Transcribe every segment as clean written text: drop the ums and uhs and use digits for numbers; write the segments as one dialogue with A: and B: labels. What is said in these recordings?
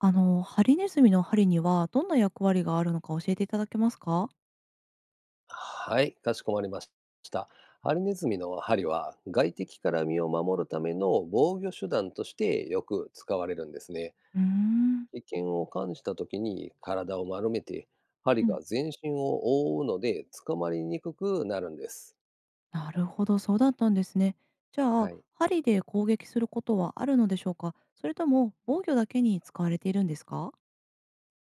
A: ハリネズミの針にはどんな役割があるのか教えていただけますか？
B: はい、かしこまりました。ハリネズミの針は外敵から身を守るための防御手段としてよく使われるんですね。
A: うーん。
B: 危険を感じた時に体を丸めて
A: う
B: 針
A: ん、
B: が全身を覆うので捕まりにくくなるんです。
A: なるほど、そうだったんですね。じゃあ、
B: はい。
A: 針で攻撃することはあるのでしょうか？それとも防御だけに使われているんですか？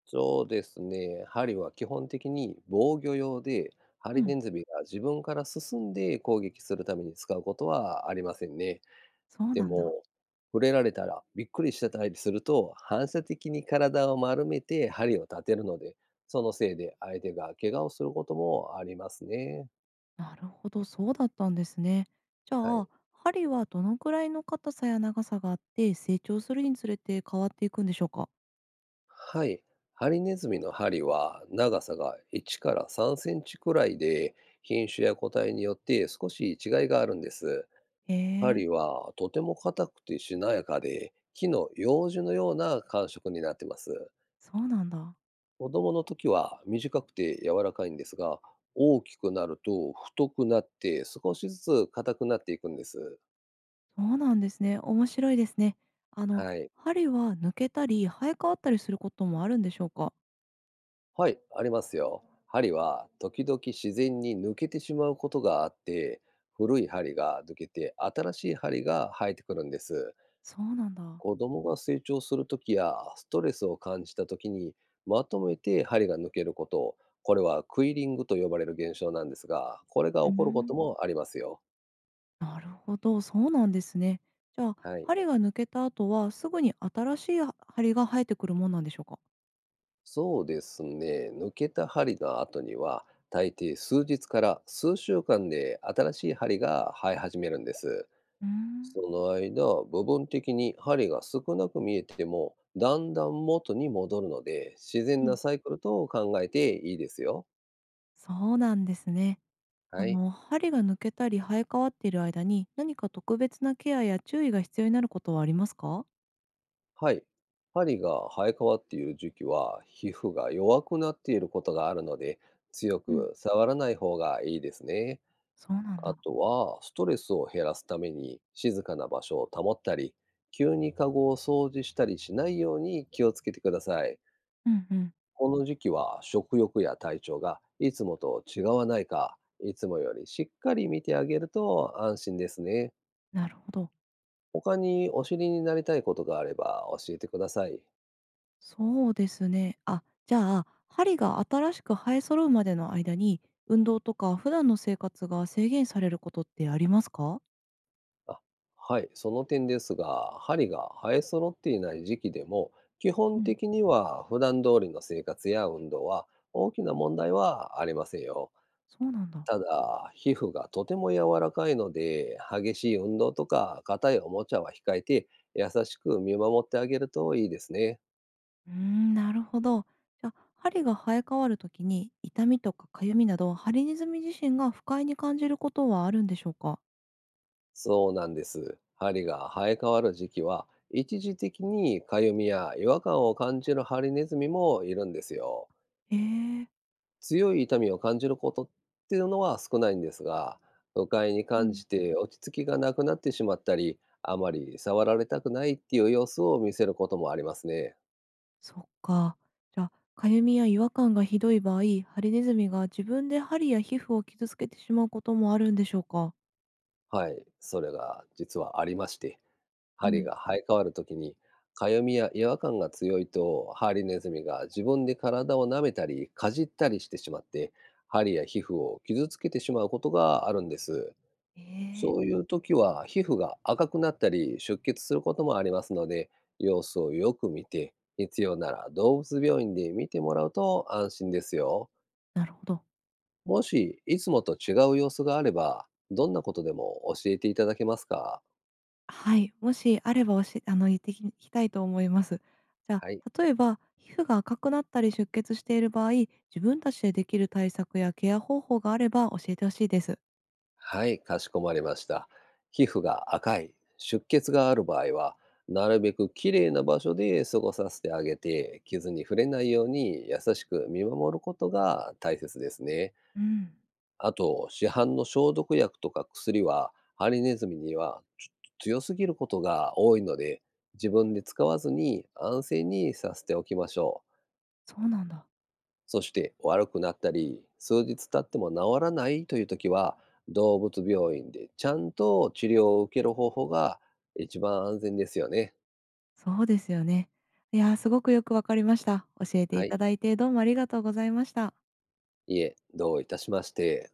B: そうですね。針は基本的に防御用で、ハ
A: う
B: リ
A: ん、
B: ネズミが自分から進んで攻撃するために使うことはありませんね。
A: そう
B: で
A: なんだ。
B: も、触れられたらびっくりしてたりすると、反射的に体を丸めて針を立てるので、そのせいで相手が怪我をすることもありますね。
A: なるほど、そうだったんですね。じゃ
B: はい。
A: あ、針はどのくらいの硬さや長さがあって、成長するにつれて変わっていくんでしょうか？
B: はい。ハリネズミの針は長さが1から3センチくらいで、品種や個体によって少し違いがあるんです。
A: へえ、
B: 針はとても硬くてしなやかで、木の楊樹のような感触になってます。
A: そうなんだ。
B: 子供の時は短くて柔らかいんですが、大きくなると太くなって少しずつ硬くなっていくんです。
A: そうなんですね。面白いですね。あの、
B: はい。
A: 針は抜けたり生え変わったりすることもあるんでしょうか？
B: はい、ありますよ。針は時々自然に抜けてしまうことがあって、古い針が抜けて新しい針が生えてくるんです。
A: そうなんだ。
B: 子供が成長する時やストレスを感じた時にまとめて針が抜けること、これはクイリングと呼ばれる現象なんですが、これが
A: う
B: 起こること
A: ん。
B: もありますよ。
A: なるほど、そうなんですね。じゃあ、
B: はい。
A: 針が抜けた後はすぐに新しいは針が生えてくるもんなんでしょうか？
B: そうですね。抜けた針の後には、大抵数日から数週間で新しい針が生え始めるんです。
A: うーん、
B: その間、部分的に針が少なく見えても、だんだん元に戻るので、自
A: う
B: 然な
A: ん。
B: サイクルと考えていいですよ。
A: そうなんですね。
B: はい。
A: 針が抜けたり生え変わっている間に、何か特別なケアや注意が必要になることはありますか？
B: はい。針が生え変わっている時期は、皮膚が弱くなっていることがあるので、強
A: うん。
B: く触らない方がいいですね。
A: そうなん
B: あ
A: だ。
B: とは、ストレスを減らすために静かな場所を保ったり、急にカゴを掃除したりしないように気をつけてください。
A: うんうん。
B: この時期は食欲や体調がいつもと違わないか、いつもよりしっかり見てあげると安心ですね。
A: なるほど。
B: 他にお知りになりたいことがあれば教えてください。
A: そうですね。あ、じゃあ、針が新しく生え揃うまでの間に、運動とか普段の生活が制限されることってありますか？
B: あ、はい、その点ですが、針が生え揃っていない時期でも、基
A: う
B: 本
A: ん。
B: 的には普段通りの生活や運動は大きな問題はありませんよ。
A: そうなんだ。
B: ただ、皮膚がとても柔らかいので、激しい運動とか硬いおもちゃは控えて、優しく見守ってあげるといいですね。
A: うーん、なるほど。じゃ、針が生え変わるときに、痛みとか痒みなど、ハリネズミ自身が不快に感じることはあるんでしょうか？
B: そうなんです。針が生え変わる時期は、一時的にかゆみや違和感を感じるハリネズミもいるんですよ。
A: へえ。
B: 強い痛みを感じることっていうのは少ないんですが、不快に
A: う
B: 感
A: ん。
B: じて落ち着きがなくなってしまったり、あまり触られたくないっていう様子を見せることもありますね。
A: そっか。じゃ、あ痒みや違和感がひどい場合、ハリネズミが自分で針や皮膚を傷つけてしまうこともあるんでしょうか？
B: はい、それが実はありまして、
A: う
B: 針
A: ん。
B: が生え変わるときに、かゆみや違和感が強いと、ハリネズミが自分で体を舐めたり、かじったりしてしまって、針や皮膚を傷つけてしまうことがあるんです。
A: え
B: そう
A: え。
B: いう時は皮膚が赤くなったり出血することもありますので、様子をよく見て、必要なら動物病院で見てもらうと安心ですよ。
A: なるほど。
B: もし、いつもと違う様子があれば、どんなことでも教えていただけますか？
A: はい、もしあればおし言ってききたいと思います。じゃ
B: はい。
A: あ、例えば皮膚が赤くなったり出血している場合、自分たちでできる対策やケア方法があれば教えてほしいです。
B: はい、かしこまりました。皮膚が赤い、出血がある場合は、なるべくきれいな場所で過ごさせてあげて、傷に触れないように優しく見守ることが大切ですね。
A: うん、
B: あと、市販の消毒薬とか薬は、ハリネズミにはちょっと強すぎることが多いので、自分で使わずに安静にさせておきましょう。
A: そうなんだ。
B: そして、悪くなったり、数日経っても治らないという時は、動物病院でちゃんと治療を受ける方法が一番安全ですよね。
A: そうですよね。いやー、すごくよくわかりました。教えてい
B: はい。
A: ただいてどうもありがとうございました。
B: いえ、どういたしまして。